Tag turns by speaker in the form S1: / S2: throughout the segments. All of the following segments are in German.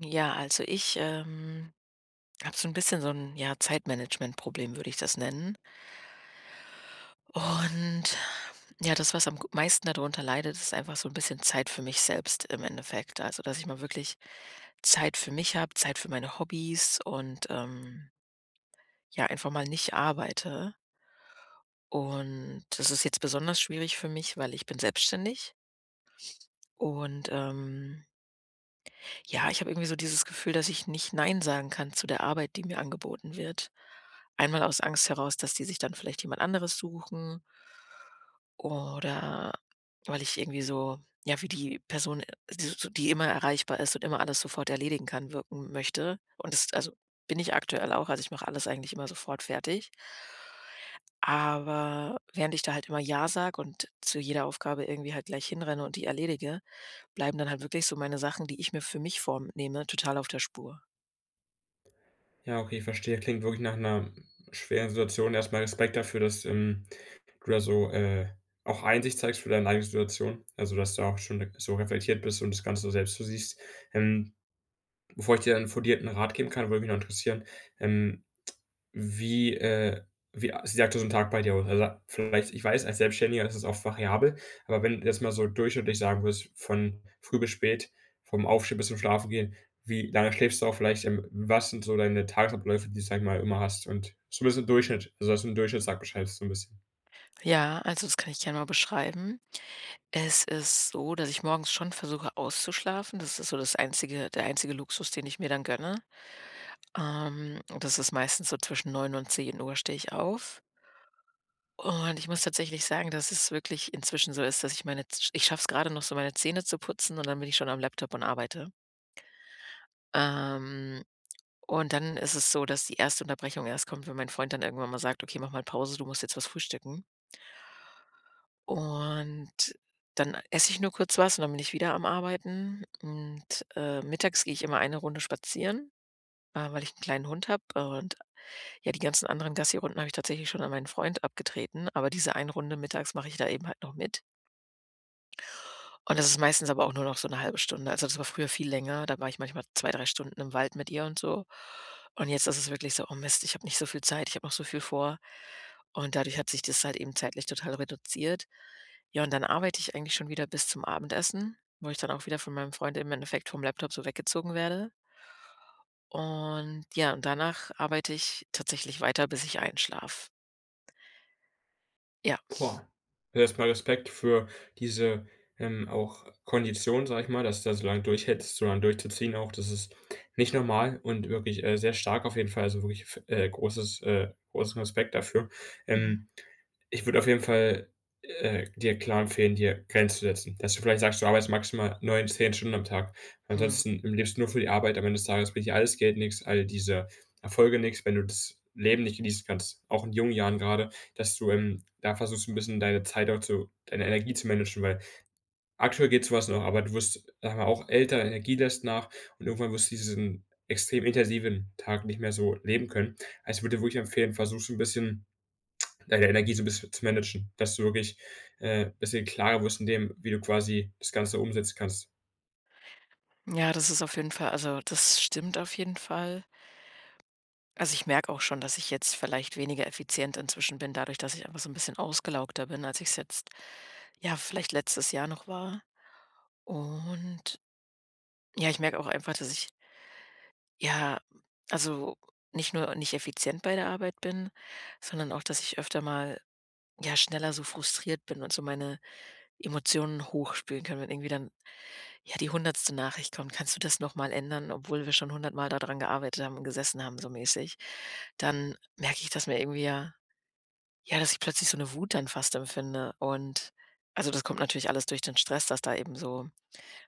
S1: Ja, also ich, ähm, habe so ein bisschen so ein, ja, Zeitmanagementproblem, würde ich das nennen. Und ja, das, was am g meisten darunter leidet, ist einfach so ein bisschen Zeit für mich selbst im Endeffekt. Also, dass ich mal wirklich Zeit für mich habe, Zeit für meine Hobbys und, ja, einfach mal nicht arbeite. Und das ist jetzt besonders schwierig für mich, weil ich bin selbstständig und. Ja, ich habe irgendwie so dieses Gefühl, dass ich nicht nein sagen kann zu der Arbeit, die mir angeboten wird. Einmal aus Angst heraus, dass die sich dann vielleicht jemand anderes suchen, oder weil ich irgendwie so, ja, wie die Person, die so die immer erreichbar ist und immer alles sofort erledigen kann, wirken möchte. Und das, also bin ich aktuell auch, also ich mache alles eigentlich immer sofort fertig. Aber während ich da halt immer ja sage und zu jeder Aufgabe irgendwie halt gleich hinrenne und die erledige, bleiben dann halt wirklich so meine Sachen, die ich mir für mich vornehme, total auf der Spur.
S2: Ja, okay, ich verstehe. Klingt wirklich nach einer schweren Situation. Erst mal Respekt dafür, dass du da so, auch Einsicht zeigst für deine eigene Situation. Also, dass du auch schon so reflektiert bist und das Ganze so selbst so siehst. Ähm, bevor ich dir 'n fundierten Rat geben kann, würde mich noch interessieren, ähm wie, äh wie a sieht aktuell so 'n Tag bei dir aus? Also, vielleicht ich weiß, als Selbstständiger ist es oft variabel, aber wenn du jetzt mal so durchschnittlich sagen würdest, von früh bis spät, vom Aufstehen bis zum Schlafengehen, wie lange schläfst du auch vielleicht? Was sind so deine Tagesabläufe, die du, sage ich mal, immer hast und so 'n bisschen Durchschnitt, also, dass du 'n Durchschnittstag beschreibst so 'n bisschen?
S1: Ja, also das kann ich gerne mal beschreiben. Es ist so, dass ich morgens schon versuche auszuschlafen. Das ist so das einzige der einzige Luxus, den ich mir dann gönne. Das ist meistens so zwischen 9 und zehn Uhr stehe ich auf. Und ich muss tatsächlich sagen, dass es wirklich inzwischen so ist, dass ich meine Z ich schaffe es grade noch so, meine Zähne zu putzen und dann bin ich schon am Laptop und arbeite. Ähm, und dann ist es so, dass die erste Unterbrechung erst kommt, wenn mein Freund dann irgendwann mal sagt: „Okay, mach mal Pause, du musst jetzt was frühstücken.“ Und dann esse ich nur kurz was und dann bin ich wieder am Arbeiten. Und, mittags gehe ich immer eine Runde spazieren, weil ich einen kleinen Hund habe. Und ja, die ganzen anderen Gassi-Runden habe ich tatsächlich schon an meinen Freund abgetreten, aber diese eine Runde mittags mache ich da eben halt noch mit. Und das ist meistens aber auch nur noch so 'ne halbe Stunde. Also, das war früher viel länger, da war ich manchmal zwei, 3 Stunden im Wald mit ihr und so. Und jetzt ist es wirklich so: „Oh Mist, ich habe nicht so viel Zeit, ich habe noch so viel vor.“ Und dadurch hat sich das halt eben zeitlich total reduziert. Ja, und dann arbeite ich eigentlich schon wieder bis zum Abendessen, wo ich dann auch wieder von meinem Freund im Endeffekt vom Laptop so weggezogen werde. Und ja, und danach arbeite ich tatsächlich weiter, bis ich einschlafe. Ja.
S2: Boah, erstmal Respekt für diese, auch Kondition, sage ich mal, dass du da so lange durchhältst, so lange durchzuziehen auch. Das ist nicht normal und wirklich, sehr stark auf jeden Fall. Also wirklich f großes großen Respekt dafür.
S1: Mhm.
S2: Ähm ich würde auf jeden Fall, dir klar empfehlen, dir Grenzen zu setzen. Dass du vielleicht sagst, du arbeitest maximal 9, 10 Stunden am Tag.
S1: Mhm.
S2: Ansonsten lebst du nur für die Arbeit. Am Ende des Tages bringt dir alles Geld nichts, all diese Erfolge nichts, wenn du das Leben nicht genießen kannst. Auch in jungen Jahren gerade, dass du, da versuchst, ein bisschen deine Zeit auch zu deine Energie zu managen, weil aktuell geht so was noch, aber du wirst, sagen mal, auch älter, deine Energie lässt nach und irgendwann wirst du diesen extrem intensiven Tag nicht mehr so leben können. Also, ich würde dir wirklich empfehlen, versuchst ein bisschen deine Energie so ein bisschen zu managen, dass du wirklich, ein bisschen klarer wirst in dem, wie du quasi das Ganze umsetzen kannst.
S1: Ja, das ist auf jeden Fall, also, das stimmt auf jeden Fall. Also, ich merke auch schon, dass ich jetzt vielleicht weniger effizient inzwischen bin, dadurch, dass ich einfach so ein bisschen ausgelaugter bin, als ich's jetzt, ja, vielleicht letztes Jahr noch war. Und ja, ich merke auch einfach, dass ich, ja, also, nicht nur nicht effizient bei der Arbeit bin, sondern auch, dass ich öfter mal, ja, schneller so frustriert bin und so meine Emotionen hochspülen kann, wenn irgendwie dann, ja, die hundertste Nachricht kommt: „Kannst du das noch mal ändern?“, obwohl wir schon hundertmal daran gearbeitet haben und gesessen haben so mäßig. Dann merke ich, dass mir irgendwie ja, dass ich plötzlich so eine Wut dann fast empfinde und, also, das kommt natürlich alles durch den Stress, dass da eben so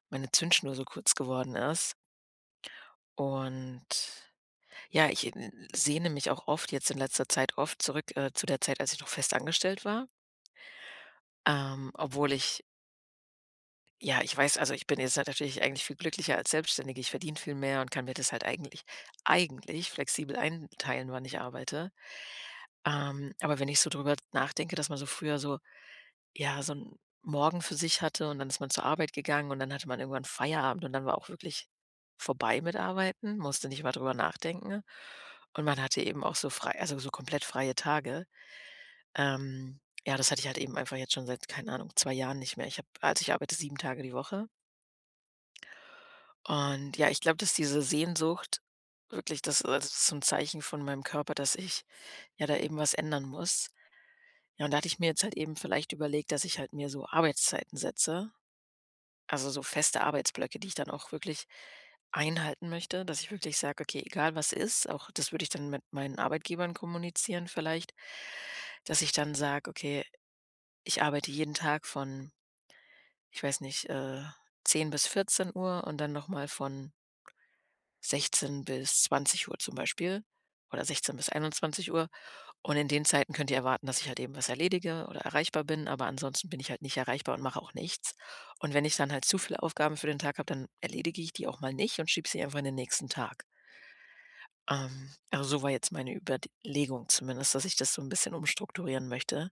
S1: meine Zündschnur so kurz geworden ist. Und ja, ich, sehne mich auch oft jetzt in letzter Zeit oft zurück, zu der Zeit, als ich noch festangestellt war, obwohl ich ja, ich weiß, also, ich bin jetzt halt natürlich eigentlich viel glücklicher als Selbstständige. Ich verdiene viel mehr und kann mir das halt eigentlich flexibel einteilen, wann ich arbeite. Aber wenn ich so drüber nachdenke, dass man so früher so, ja, so 'n Morgen für sich hatte und dann ist man zur Arbeit gegangen und dann hatte man irgendwann Feierabend und dann war auch wirklich vorbei mit Arbeiten, musste nicht mal drüber nachdenken. Und man hatte eben auch so frei, also, so komplett freie Tage. Ähm, ja, das hatte ich halt eben einfach jetzt schon seit, keine Ahnung, 2 Jahren nicht mehr. Ich habe, also, ich arbeite 7 Tage die Woche. Und ja, ich glaube, dass diese Sehnsucht wirklich das, also, das ist so 'n Zeichen von meinem Körper, dass ich ja da eben was ändern muss. Ja, und da hatte ich mir jetzt halt eben vielleicht überlegt, dass ich halt mir so Arbeitszeiten setze. Also, so feste Arbeitsblöcke, die ich dann auch wirklich einhalten möchte, dass ich wirklich sage: „Okay, egal was ist“, auch das würde ich dann mit meinen Arbeitgebern kommunizieren vielleicht, dass ich dann sage: „Okay, ich arbeite jeden Tag von, ich weiß nicht, 10 bis 14 Uhr und dann noch mal von 16 bis 20 Uhr zum Beispiel oder 16 bis 21 Uhr. Und in den Zeiten könnt ihr erwarten, dass ich halt eben was erledige oder erreichbar bin, aber ansonsten bin ich halt nicht erreichbar und mache auch nichts. Und wenn ich dann halt zu viele Aufgaben für den Tag habe, dann erledige ich die auch mal nicht und schiebe sie einfach in den nächsten Tag.“ also so war jetzt meine Überlegung zumindest, dass ich das so ein bisschen umstrukturieren möchte.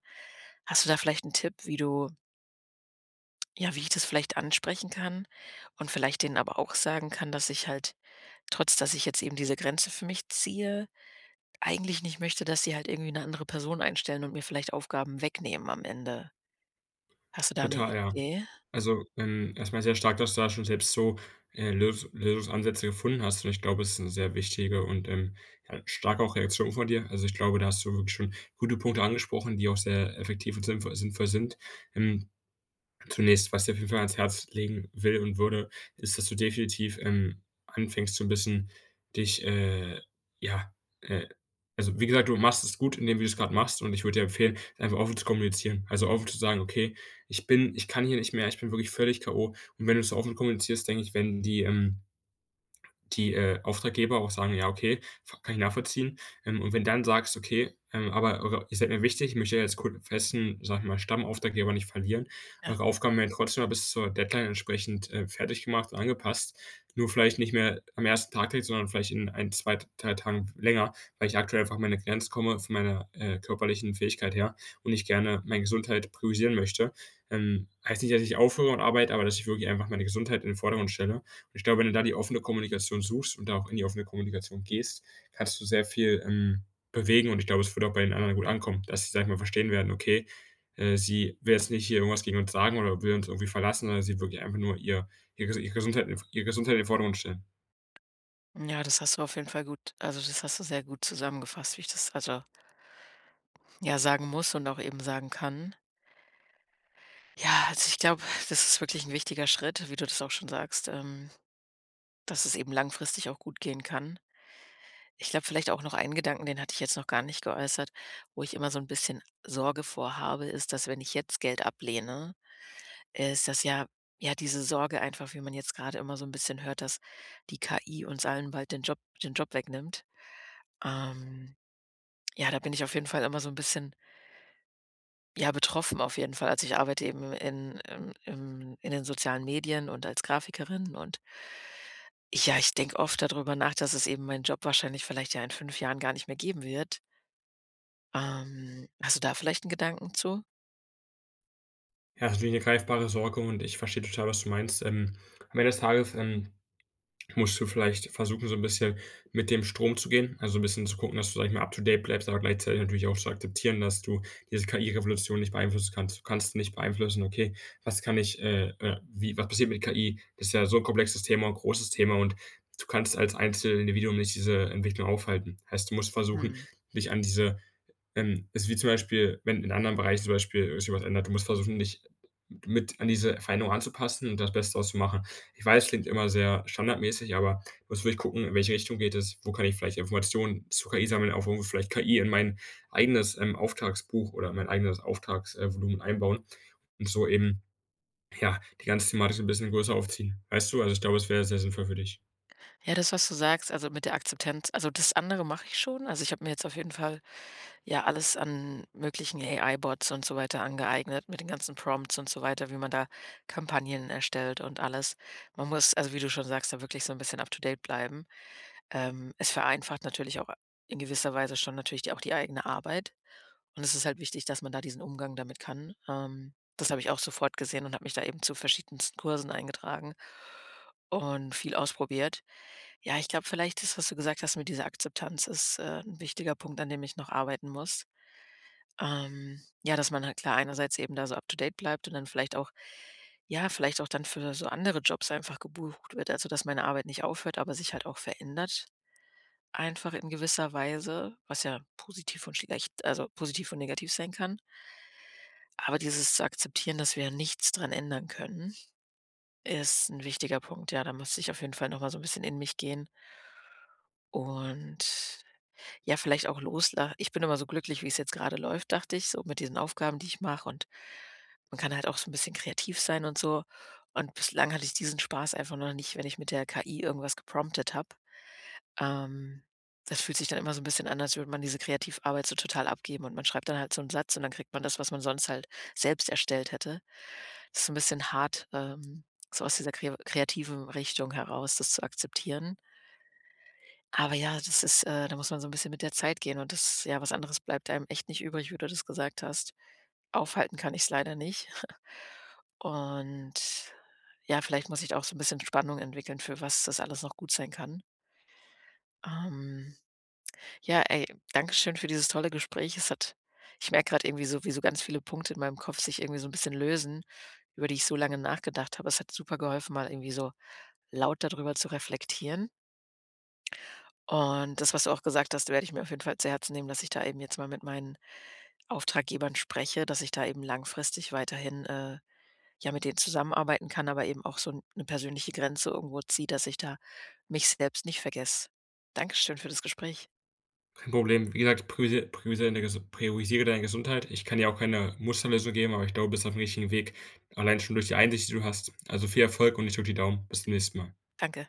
S1: Hast du da vielleicht einen Tipp, wie du ja, wie ich das vielleicht ansprechen kann und vielleicht denen aber auch sagen kann, dass ich halt, trotz dass ich jetzt eben diese Grenze für mich ziehe, eigentlich nicht möchte, dass sie halt irgendwie eine andere Person einstellen und mir vielleicht Aufgaben wegnehmen am Ende. Hast du da eine
S2: Total, ja.
S1: Idee?
S2: Also, erst sehr stark, dass du da schon selbst so, Lösungsansätze gefunden hast, und ich glaube, es ist 'ne sehr wichtige und, ja, starke auch Reaktion von dir. Also, ich glaube, da hast du wirklich schon gute Punkte angesprochen, die auch sehr effektiv und sinnvoll sind. Ähm Zunächst, was ich dir auf jeden Fall ans Herz legen will und würde, ist, dass du definitiv, anfängst, so ein bisschen dich, ja, äh also, wie gesagt, du machst es gut, indem du du's gerade machst, und ich würde dir empfehlen, einfach offen zu kommunizieren. Also, offen zu sagen: „Okay, ich bin ich kann hier nicht mehr, ich bin wirklich völlig K.O.“ Und wenn du es so offen kommunizierst, denke ich, wenn die, die, Auftraggeber auch sagen: „Ja, okay, v kann ich nachvollziehen.“ und wenn dann sagst: „Okay, aber eure ihr seid mir wichtig, ich möchte jetzt kurz festen, sag ich mal, Stammauftraggeber nicht verlieren.
S1: Ja.
S2: Eure Aufgaben werden trotzdem noch bis zur Deadline entsprechend, fertig gemacht und angepasst, nur vielleicht nicht mehr am ersten Tag direkt, sondern vielleicht in ein 2 3 Tagen länger, weil ich aktuell einfach an meine Grenzen komme von meiner, körperlichen Fähigkeit her und ich gerne meine Gesundheit priorisieren möchte.“ heißt nicht, dass ich aufhöre und arbeite, aber dass ich wirklich einfach meine Gesundheit in den Vordergrund stelle. Ich glaube, wenn du da die offene Kommunikation suchst und da auch in die offene Kommunikation gehst, kannst du sehr viel, bewegen, und ich glaube, es wird auch bei den anderen gut ankommen, dass sie, sage ich mal, verstehen werden: „Okay, sie will jetzt nicht hier irgendwas gegen uns sagen oder will uns irgendwie verlassen, sondern sie wirklich einfach nur ihre Gesundheit in den Vordergrund stellen.“
S1: Ja, das hast du auf jeden Fall gut, also, das hast du sehr gut zusammengefasst, wie ich das, also, ja, sagen muss und auch eben sagen kann. Ja, also, ich glaube, das ist wirklich ein wichtiger Schritt, wie du das auch schon sagst, dass es eben langfristig auch gut gehen kann. Ich glaube, vielleicht auch noch einen Gedanken, den hatte ich jetzt noch gar nicht geäußert, wo ich immer so ein bisschen Sorge vor habe, ist, dass wenn ich jetzt Geld ablehne, ist das ja, ja, diese Sorge einfach, wie man jetzt gerade immer so ein bisschen hört, dass die KI uns allen bald den Job wegnimmt. Ähm, ja, da bin ich auf jeden Fall immer so ein bisschen, ja, betroffen auf jeden Fall. Also, ich arbeite eben in im im in den sozialen Medien und als Grafikerin und ich denke oft darüber nach, dass es eben meinen Job wahrscheinlich vielleicht ja in 5 Jahren gar nicht mehr geben wird. Hast du da vielleicht einen Gedanken zu?
S2: Ja, das ist natürlich 'ne greifbare Sorge und ich verstehe total, was du meinst. Am Ende des Tages, musst du vielleicht versuchen, so ein bisschen mit dem Strom zu gehen, also so ein bisschen zu gucken, dass du, sag ich mal, up to date bleibst, aber gleichzeitig natürlich auch zu akzeptieren, dass du diese KI-Revolution nicht beeinflussen kannst. Du kannst nicht beeinflussen: „Okay, was kann ich wie was passiert mit KI?“ Das ist ja so ein komplexes Thema, ein großes Thema, und du kannst als Einzelindividuum nicht diese Entwicklung aufhalten. Heißt, du musst versuchen,
S1: Hm.
S2: dich an diese ist wie zum Beispiel, wenn in anderen Bereichen zum Beispiel sich was ändert, du musst versuchen, dich mit an diese Veränderung anzupassen und das Beste draus zu machen. Ich weiß, klingt immer sehr standardmäßig, aber du musst wirklich gucken, in welche Richtung geht es, wo kann ich vielleicht Informationen zu KI sammeln, auch irgendwo vielleicht KI in mein eigenes, Auftragsbuch oder in mein eigenes Auftragsvolumen Volumen einbauen und so eben, ja, die ganze Thematik so ein bisschen größer aufziehen. Weißt du? Also, ich glaube, es wäre sehr sinnvoll für dich.
S1: Ja, das, was du sagst, also, mit der Akzeptanz, also, das andere mache ich schon. Also, ich habe mir jetzt auf jeden Fall, ja, alles an möglichen AI-Bots und so weiter angeeignet mit den ganzen Prompts und so weiter, wie man da Kampagnen erstellt und alles. Man muss, also wie du schon sagst, da wirklich so ein bisschen up to date bleiben. Es vereinfacht natürlich auch in gewisser Weise schon natürlich die eigene Arbeit. Und es ist halt wichtig, dass man da diesen Umgang damit kann. Das habe ich auch sofort gesehen und habe mich da eben zu verschiedensten Kursen eingetragen und viel ausprobiert. Ja, ich glaube, vielleicht ist, was du gesagt hast mit dieser Akzeptanz ist, 'n wichtiger Punkt, an dem ich noch arbeiten muss. Ja, dass man halt klar einerseits eben da so up to date bleibt und dann vielleicht auch, ja, vielleicht auch dann für so andere Jobs einfach gebucht wird. Also, dass meine Arbeit nicht aufhört, aber sich halt auch verändert einfach in gewisser Weise, was ja positiv und negativ sein kann. Aber dieses zu akzeptieren, dass wir nichts dran ändern können, ist ein wichtiger Punkt. Ja, da muss ich auf jeden Fall noch mal so ein bisschen in mich gehen und, ja, vielleicht auch losla ich bin immer so glücklich, wie es jetzt gerade läuft, dachte ich, so mit diesen Aufgaben, die ich mache und man kann halt auch so ein bisschen kreativ sein und so. Und bislang hatte ich diesen Spaß einfach noch nicht, wenn ich mit der KI irgendwas gepromptet habe. Ähm, das fühlt sich dann immer so ein bisschen an, als würde man diese Kreativarbeit so total abgeben und man schreibt dann halt so einen Satz und dann kriegt man das, was man sonst halt selbst erstellt hätte. Das ist so 'n bisschen hart, so aus dieser kreativen Richtung heraus das zu akzeptieren. Aber ja, das ist, da muss man so ein bisschen mit der Zeit gehen und das, ja, was anderes bleibt einem echt nicht übrig, wie du das gesagt hast. Aufhalten kann ich es leider nicht. Und ja, vielleicht muss ich da auch so ein bisschen Spannung entwickeln, für was das alles noch gut sein kann. Ähm, ja, ey, Dankeschön für dieses tolle Gespräch. Es hat, ich merke gerade irgendwie so, wie so ganz viele Punkte in meinem Kopf sich irgendwie so ein bisschen lösen, über die ich so lange nachgedacht habe. Es hat super geholfen, mal irgendwie so laut darüber zu reflektieren. Und das, was du auch gesagt hast, werde ich mir auf jeden Fall zu Herzen nehmen, dass ich da eben jetzt mal mit meinen Auftraggebern spreche, dass ich da eben langfristig weiterhin, ja, mit denen zusammenarbeiten kann, aber eben auch so eine persönliche Grenze irgendwo ziehe, dass ich da mich selbst nicht vergesse. Dankeschön für das Gespräch.
S2: Kein Problem. Wie gesagt, priorisiere deine Gesundheit. Ich kann dir auch keine Musterlösung geben, aber ich glaube, du bist auf dem richtigen Weg, allein schon durch die Einsicht, die du hast. Also, viel Erfolg und ich drücke die Daumen. Bis zum nächsten Mal.
S1: Danke.